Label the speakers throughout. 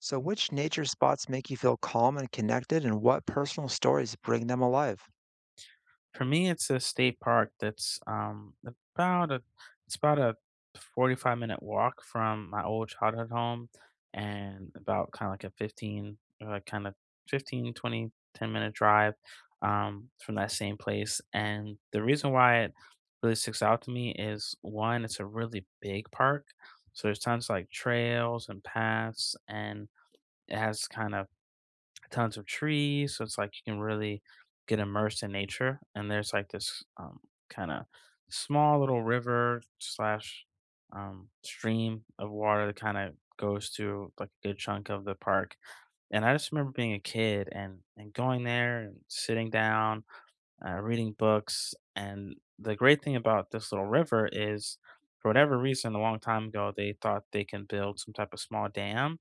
Speaker 1: So, which nature spots make you feel calm and connected, and what personal stories bring them alive?
Speaker 2: For me, it's a state park that's about a it's about a 45-minute walk from my old childhood home, and about kind of like a 15, kind of 15, 20, 10 minute drive from that same place. And the reason why it really sticks out to me is, one, it's a really big park, so there's tons of like trails and paths, and it has kind of tons of trees. So it's like you can really get immersed in nature. And there's like this kind of small little river slash stream of water that kind of goes through like a good chunk of the park. And I just remember being a kid and going there and sitting down, reading books. And the great thing about this little river is, for whatever reason, a long time ago, they thought they can build some type of small dam,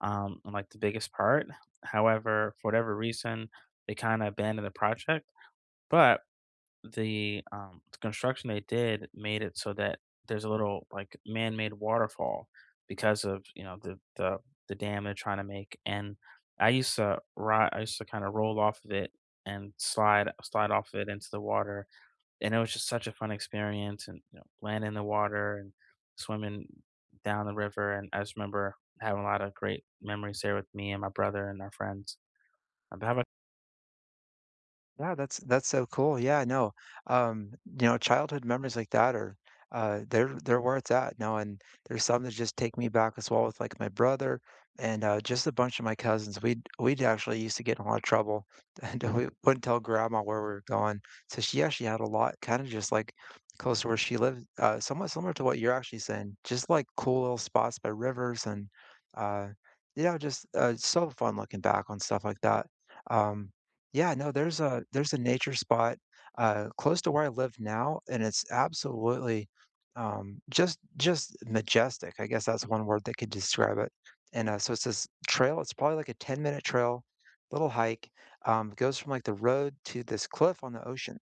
Speaker 2: on, like, the biggest part. However, for whatever reason, they kind of abandoned the project. But the construction they did made it so that there's a little like man-made waterfall because of the dam they're trying to make. And I used to kind of roll off of it and slide off of it into the water, and it was just such a fun experience. And landing in the water and swimming down the river, and I just remember having a lot of great memories there with me and my brother and our friends. Uh, but how about-
Speaker 1: Yeah, that's so cool. Yeah, no, you know, childhood memories like that are they're where it's at now. And there's some that just take me back as well with like my brother and just a bunch of my cousins. We'd actually used to get in a lot of trouble, and we wouldn't tell grandma where we were going. So she actually had a lot, kind of just like close to where she lived, somewhat similar to what you're actually saying. Just like cool little spots by rivers and uh, you know, just so fun looking back on stuff like that. Um, yeah, no, there's a nature spot, close to where I live now, and it's absolutely, just majestic. I guess that's one word that could describe it. And, so it's this trail, it's probably like a ten-minute trail, little hike, it goes from, like, the road to this cliff on the ocean,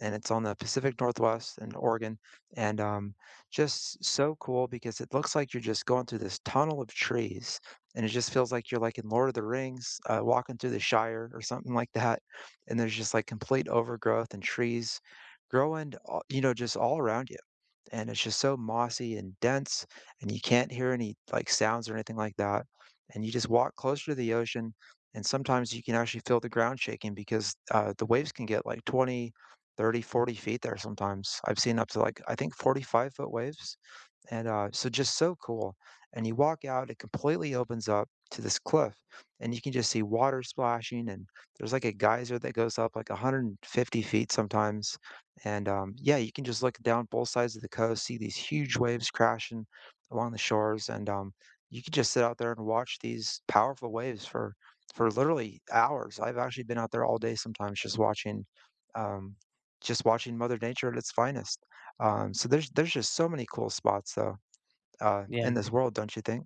Speaker 1: and it's on the Pacific Northwest in Oregon, and, just so cool because it looks like you're just going through this tunnel of trees, and it just feels like you're, like, in Lord of the Rings, walking through the Shire or something like that, and there's just, like, complete overgrowth and trees growing a you know, just all around you, and it's just so mossy and dense, and you can't hear any, like, sounds or anything like that, and you just walk closer to the ocean, and sometimes you can actually feel the ground shaking because, the waves can get, like, 20, 30, 40 feet there sometimes. I've seen up to, like, I think 45-foot waves. And, so just so cool, and you walk out, it completely opens up to this cliff, and you can just see water splashing, and there's, like, a geyser that goes up, like, 150 feet sometimes, and, yeah, you can just look down both sides of the coast, see these huge waves crashing along the shores, and, you can just sit out there and watch these powerful waves for literally hours. I've actually been out there all day sometimes um just watching Mother Nature at its finest. So there's just so many cool spots though, in
Speaker 2: yeah,
Speaker 1: this world, don't you think?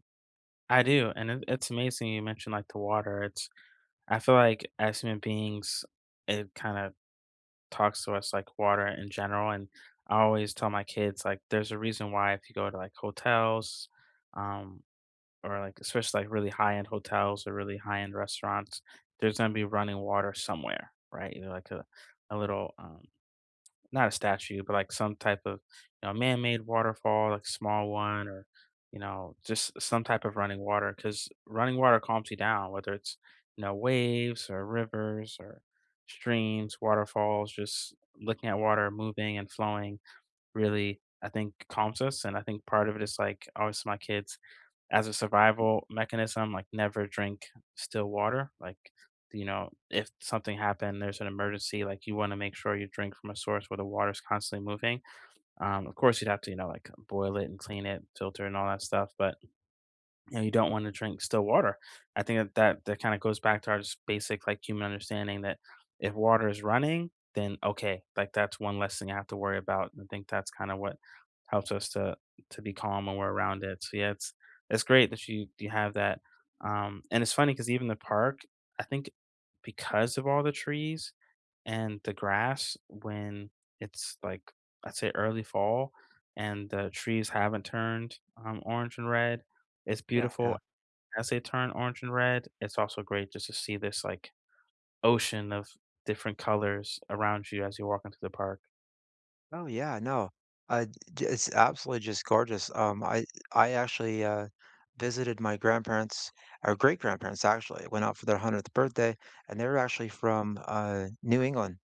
Speaker 2: I do, and it's amazing you mentioned like the water. It's I feel like, as human beings, it kind of talks to us, like water in general. And I always tell my kids, like, there's a reason why if you go to like hotels, um, or like especially like really high end hotels or really high end restaurants, there's gonna be running water somewhere, right? Either like a little, not a statue, but like some type of, man-made waterfall, like small one, or just some type of running water. Because running water calms you down, whether it's waves or rivers or streams, waterfalls. Just looking at water moving and flowing really, I think, calms us. And I think part of it is, like, I always tell my kids, as a survival mechanism, like, never drink still water, like, if something happened, there's an emergency, like, you wanna make sure you drink from a source where the water's constantly moving. Of course, you'd have to, like, boil it and clean it, filter, and all that stuff, but and you don't want to drink still water. I think that that kind of goes back to our just basic like human understanding that if water is running, then okay, like, that's one less thing I have to worry about. And I think that's kind of what helps us to be calm when we're around it. So yeah, it's great that you have that. And it's funny because even the park, I think, because of all the trees and the grass, when it's like, I'd say, early fall and the trees haven't turned orange and red. It's
Speaker 1: Yeah. Yeah.
Speaker 2: beautiful as they turn orange and red. It's also great just to see this like ocean of different colors around you as you walk into the park.
Speaker 1: Oh yeah, no. Uh, it's absolutely just gorgeous. I actually visited my grandparents, our great grandparents actually, went out for their 100th birthday, and they were actually from New England.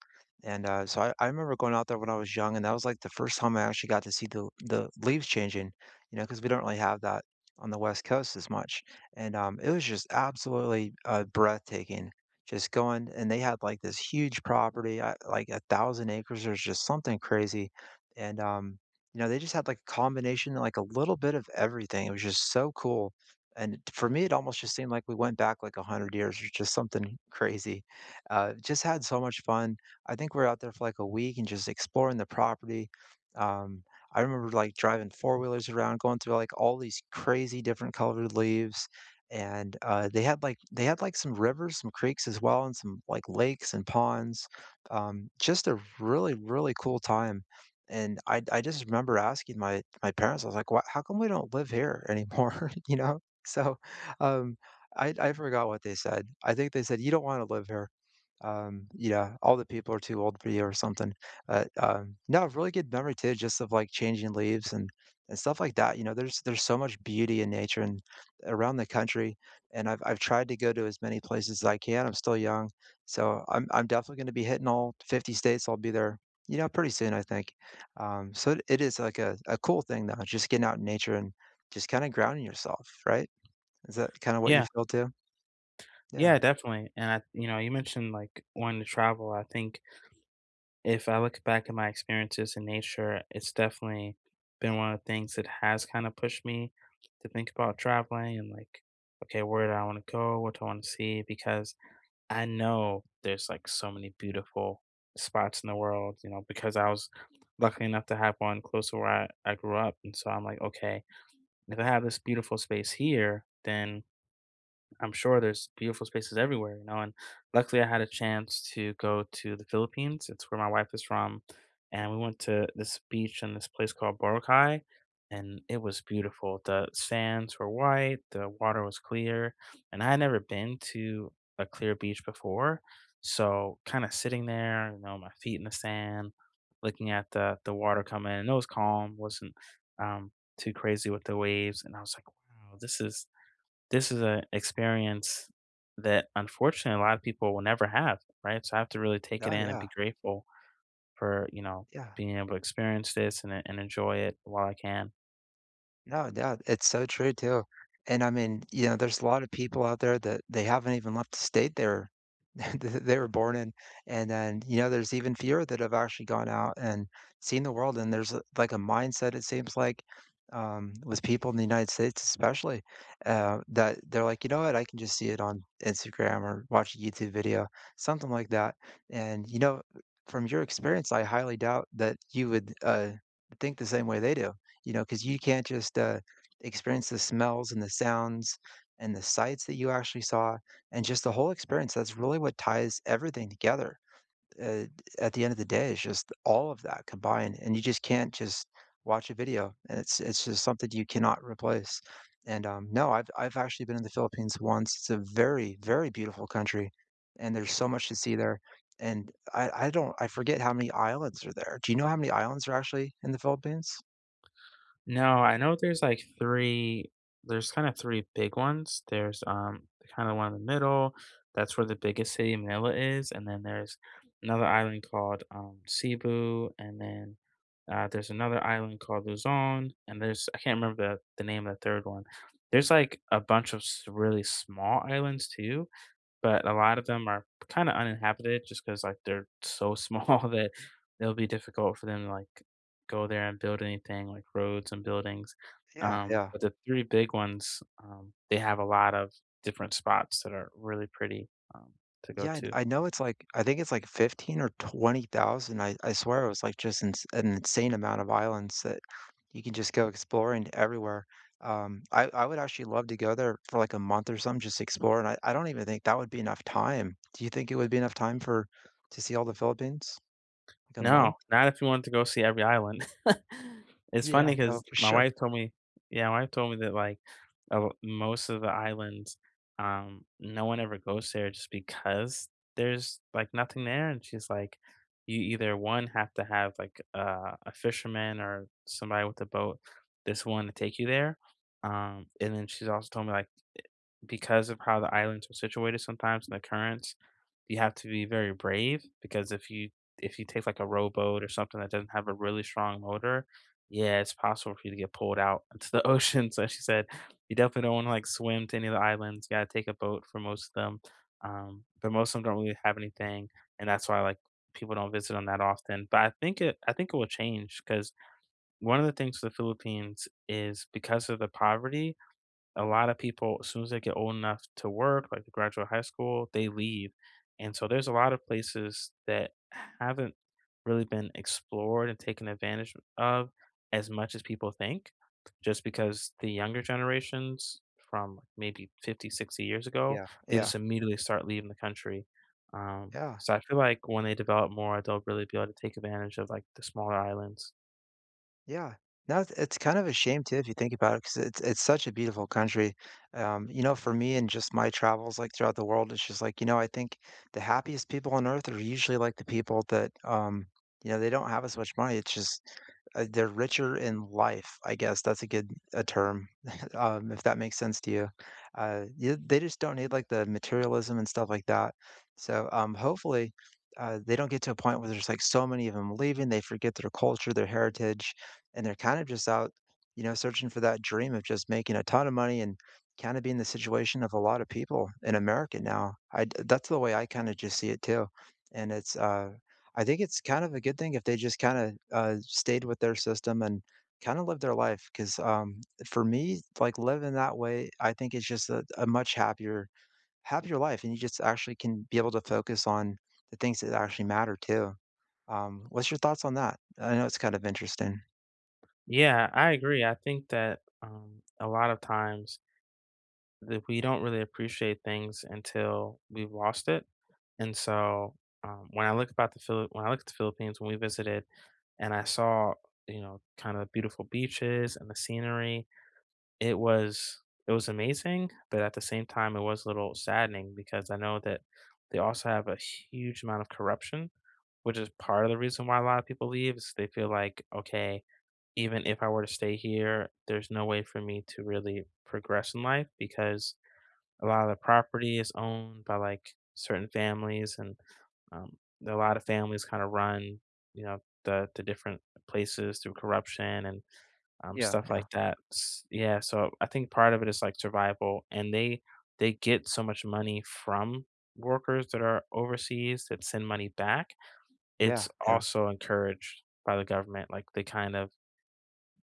Speaker 1: And so I remember going out there when I was young, and that was like the first time I actually got to see the leaves changing, you know, because we don't really have that on the West Coast as much. And it was just absolutely breathtaking. Just going, and they had, like, this huge property, I like, 1,000 acres or just something crazy, and, you know, they just had, like, a combination, like, a little bit of everything, it was just so cool, and for me, it almost just seemed like we went back, like, 100 years or just something crazy. Just had so much fun. I think we were out there for, like, a week and just exploring the property. Um, I remember, like, driving four-wheelers around, going through, like, all these crazy different colored leaves, and they had like some rivers, some creeks as well, and some like lakes and ponds. Just a really cool time. And I just remember asking my parents, I was like, "Why? How come we don't live here anymore?" you know. So, um, I forgot what they said. I think they said you don't want to live here. Yeah, all the people are too old for you or something. But no, really good memory too, just of like changing leaves and stuff like that. You know, there's so much beauty in nature and around the country, and I've tried to go to as many places as I can. I'm still young, so I'm definitely gonna be hitting all 50 states. I'll be there, you know, pretty soon, I think. So it is like a cool thing though, just getting out in nature and just kind of grounding yourself, right? Is that kind of what you
Speaker 2: Yeah,
Speaker 1: feel too? Yeah.
Speaker 2: yeah, definitely. And you mentioned like wanting to travel. I think if I look back at my experiences in nature, it's definitely been one of the things that has kind of pushed me to think about traveling, and like, okay, where do I want to go? What do I want to see? Because I know there's like so many beautiful spots in the world, because I was lucky enough to have one close to where I grew up. And so I'm like, okay, if I have this beautiful space here, then I'm sure there's beautiful spaces everywhere. And luckily, I had a chance to go to the Philippines. It's where my wife is from, and we went to this beach in this place called Boracay, and it was beautiful. The sands were white, the water was clear, and I had never been to a clear beach before. So, kind of sitting there, my feet in the sand, looking at the water come in, and it was calm, wasn't um, too crazy with the waves, and I was like, wow, this is an experience that unfortunately a lot of people will never have, right? So I have to really take it
Speaker 1: Oh
Speaker 2: in and
Speaker 1: yeah.
Speaker 2: be grateful for
Speaker 1: Yeah.
Speaker 2: being able to experience this and enjoy it while I can.
Speaker 1: No, yeah, it's so true too. And I mean, you know, there's a lot of people out there that they haven't even left the state they were that they were born in. And then, you know, there's even fewer that have actually gone out and seen the world. And there's like a mindset, it seems like, with people in the United States especially, that they're like, you know what, I can just see it on Instagram or watch a YouTube video, something like that. And, you know, from your experience, I highly doubt that you would think the same way they do. You know, because you can't just, experience the smells and the sounds and the sights that you actually saw and just the whole experience. That's really what ties everything together. Uh, at the end of the day, it's just all of that combined, and you just can't just watch a video, and it's just something you cannot replace. And, no, I've actually been in the Philippines once. It's a very, very beautiful country, and there's so much to see there. And I don't I forget how many islands are there. Do you know how many islands are actually in the Philippines?
Speaker 2: No, I know there's like three, there's kind of three big ones. There's kind of one in the middle, that's where the biggest city, Manila, is. And then there's another island called Cebu, and then there's another island called Luzon, and there's, I can't remember the name of the third one. There's like a bunch of really small islands too, but a lot of them are kind of uninhabited just because like they're so small that it'll be difficult for them to like go there and build anything like roads and buildings.
Speaker 1: Yeah,
Speaker 2: Um,
Speaker 1: yeah.
Speaker 2: but the three big ones, they have a lot of different spots that are really pretty, um, to go
Speaker 1: Yeah,
Speaker 2: to.
Speaker 1: I know it's like I think it's like 15 or 20,000. I swear it was like just ins an insane amount of islands that you can just go exploring everywhere. I would actually love to go there for like a month or something, just explore, and I don't even think that would be enough time. Do you think it would be enough time for to see all the Philippines? Like a
Speaker 2: No,
Speaker 1: month?
Speaker 2: not if you wanted to go see every island. It's
Speaker 1: Yeah,
Speaker 2: funny
Speaker 1: no,
Speaker 2: because
Speaker 1: for
Speaker 2: my
Speaker 1: sure.
Speaker 2: wife told me. Yeah, my wife told me that, like, oh, most of the islands, no one ever goes there just because there's, like, nothing there. And she's like, "You either, 1, have to have, like, a fisherman or somebody with a boat that's willing to take you there," and then she's also told me, like, because of how the islands are situated sometimes in the currents, you have to be very brave because if you take like a rowboat or something that doesn't have a really strong motor, yeah, it's possible for you to get pulled out into the ocean. So she said, you definitely don't want to like swim to any of the islands. You gotta take a boat for most of them. But most of them don't really have anything, and that's why like people don't visit them that often. But I think it will change because one of the things for the Philippines is, because of the poverty, a lot of people, as soon as they get old enough to work, like to graduate high school, they leave. And so there's a lot of places that haven't really been explored and taken advantage of as much as people think, just because the younger generations from, like, maybe 50, 60 years ago,
Speaker 1: Yeah,
Speaker 2: they
Speaker 1: yeah,
Speaker 2: just immediately start leaving the country. Um,
Speaker 1: yeah.
Speaker 2: so I feel like when they develop more, they'll really be able to take advantage of like the smaller islands.
Speaker 1: Yeah. No, it's kind of a shame too if you think about it, because it's such a beautiful country. You know, for me and just my travels, like, throughout the world, it's just like, you know, I think the happiest people on earth are usually, like, the people that, you know, they don't have as much money. It's just, they're richer in life, I guess. That's a good a term, if that makes sense to you. Yeah, they just don't need, like, the materialism and stuff like that. So, hopefully, they don't get to a point where there's, like, so many of them leaving, they forget their culture, their heritage, and they're kind of just out, you know, searching for that dream of just making a ton of money and kind of being the situation of a lot of people in America now. That's the way I kind of just see it too, and it's I think it's kind of a good thing if they just kind of stayed with their system and kind of live their life because for me, like living that way, I think it's just a much happier life, and you just actually can be able to focus on the things that actually matter too. What's your thoughts on that? I know it's kind of interesting.
Speaker 2: Yeah, I agree. I think that a lot of times that we don't really appreciate things until we've lost it. And so, when I look about the Philip when I look at the Philippines when we visited, and I saw, kind of beautiful beaches and the scenery, it was it was amazing, but at the same time it was a little saddening because I know that they also have a huge amount of corruption, which is part of the reason why a lot of people leave, is they feel like, okay, even if I were to stay here, there's no way for me to really progress in life because a lot of the property is owned by, like, certain families, and, um, a lot of families kinda run, the different places through corruption and,
Speaker 1: Yeah.
Speaker 2: stuff like that. S Yeah, so I think part of it is, like, survival, and they get so much money from workers that are overseas that send money back.
Speaker 1: Yeah,
Speaker 2: It's
Speaker 1: yeah,
Speaker 2: also encouraged by the government, like, they kind of,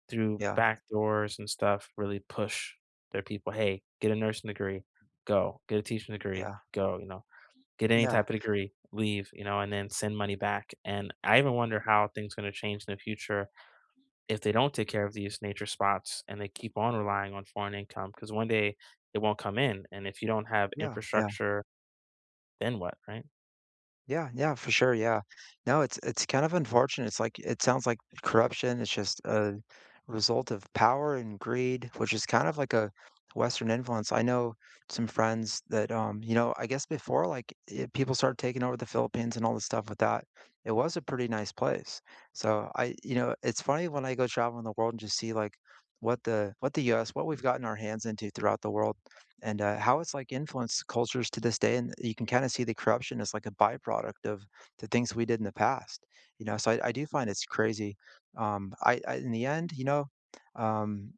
Speaker 2: through
Speaker 1: yeah,
Speaker 2: back doors and stuff, really push their people, "Hey, get a nursing degree, go. Get a teaching degree,
Speaker 1: yeah,
Speaker 2: go," you know? "Get any
Speaker 1: yeah,
Speaker 2: type of degree, leave," you know, and then send money back. And I even wonder how things gonna change in the future if they don't take care of these nature spots and they keep on relying on foreign income, because one day it won't come in, and if you don't have
Speaker 1: yeah, yeah,
Speaker 2: infrastructure, then what, right?
Speaker 1: yeah, yeah, for sure, yeah. No, it's kind of unfortunate. It's like it sounds like corruption. It's just a result of power and greed, which is kind of like a Western influence. I know some friends that, you know, I guess before like it, people started taking over the Philippines and all this stuff with that, it was a pretty nice place. So I, you know, it's funny when I go travel in the world and just see like what the U.S. what we've gotten our hands into throughout the world and how it's like influenced cultures to this day. And you can kind of see the corruption as like a byproduct of the things we did in the past. You know, so I do find it's crazy. I in the end, you know, um,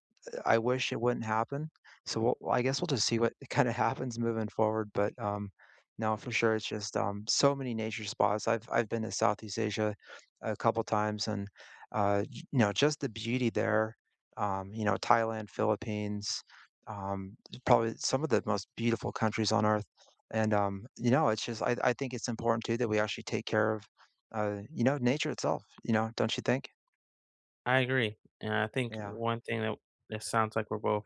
Speaker 1: I wish it wouldn't happen. So well, I guess we'll just see what kind of happens moving forward. But no, for sure, it's just so many nature spots. I've been to Southeast Asia a couple times, and you know, just the beauty there. You know, Thailand, Philippines, um, probably some of the most beautiful countries on earth. And you know, it's just I think it's important too that we actually take care of you know, nature itself. You know, don't you think?
Speaker 2: I agree, and I think
Speaker 1: Yeah,
Speaker 2: one thing that it sounds like we're both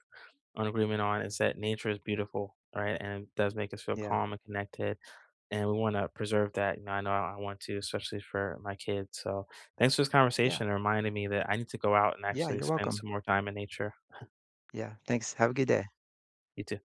Speaker 2: an agreement on is that nature is beautiful, right? And it does make us feel
Speaker 1: yeah,
Speaker 2: calm and connected. And we want to preserve that. You know I want to, especially for my kids. So thanks for this
Speaker 1: yeah,
Speaker 2: conversation and reminding me that I need to go out and
Speaker 1: yeah,
Speaker 2: actually
Speaker 1: you're
Speaker 2: spend
Speaker 1: welcome.
Speaker 2: some more time in nature.
Speaker 1: Yeah, thanks. Have a good day.
Speaker 2: You too.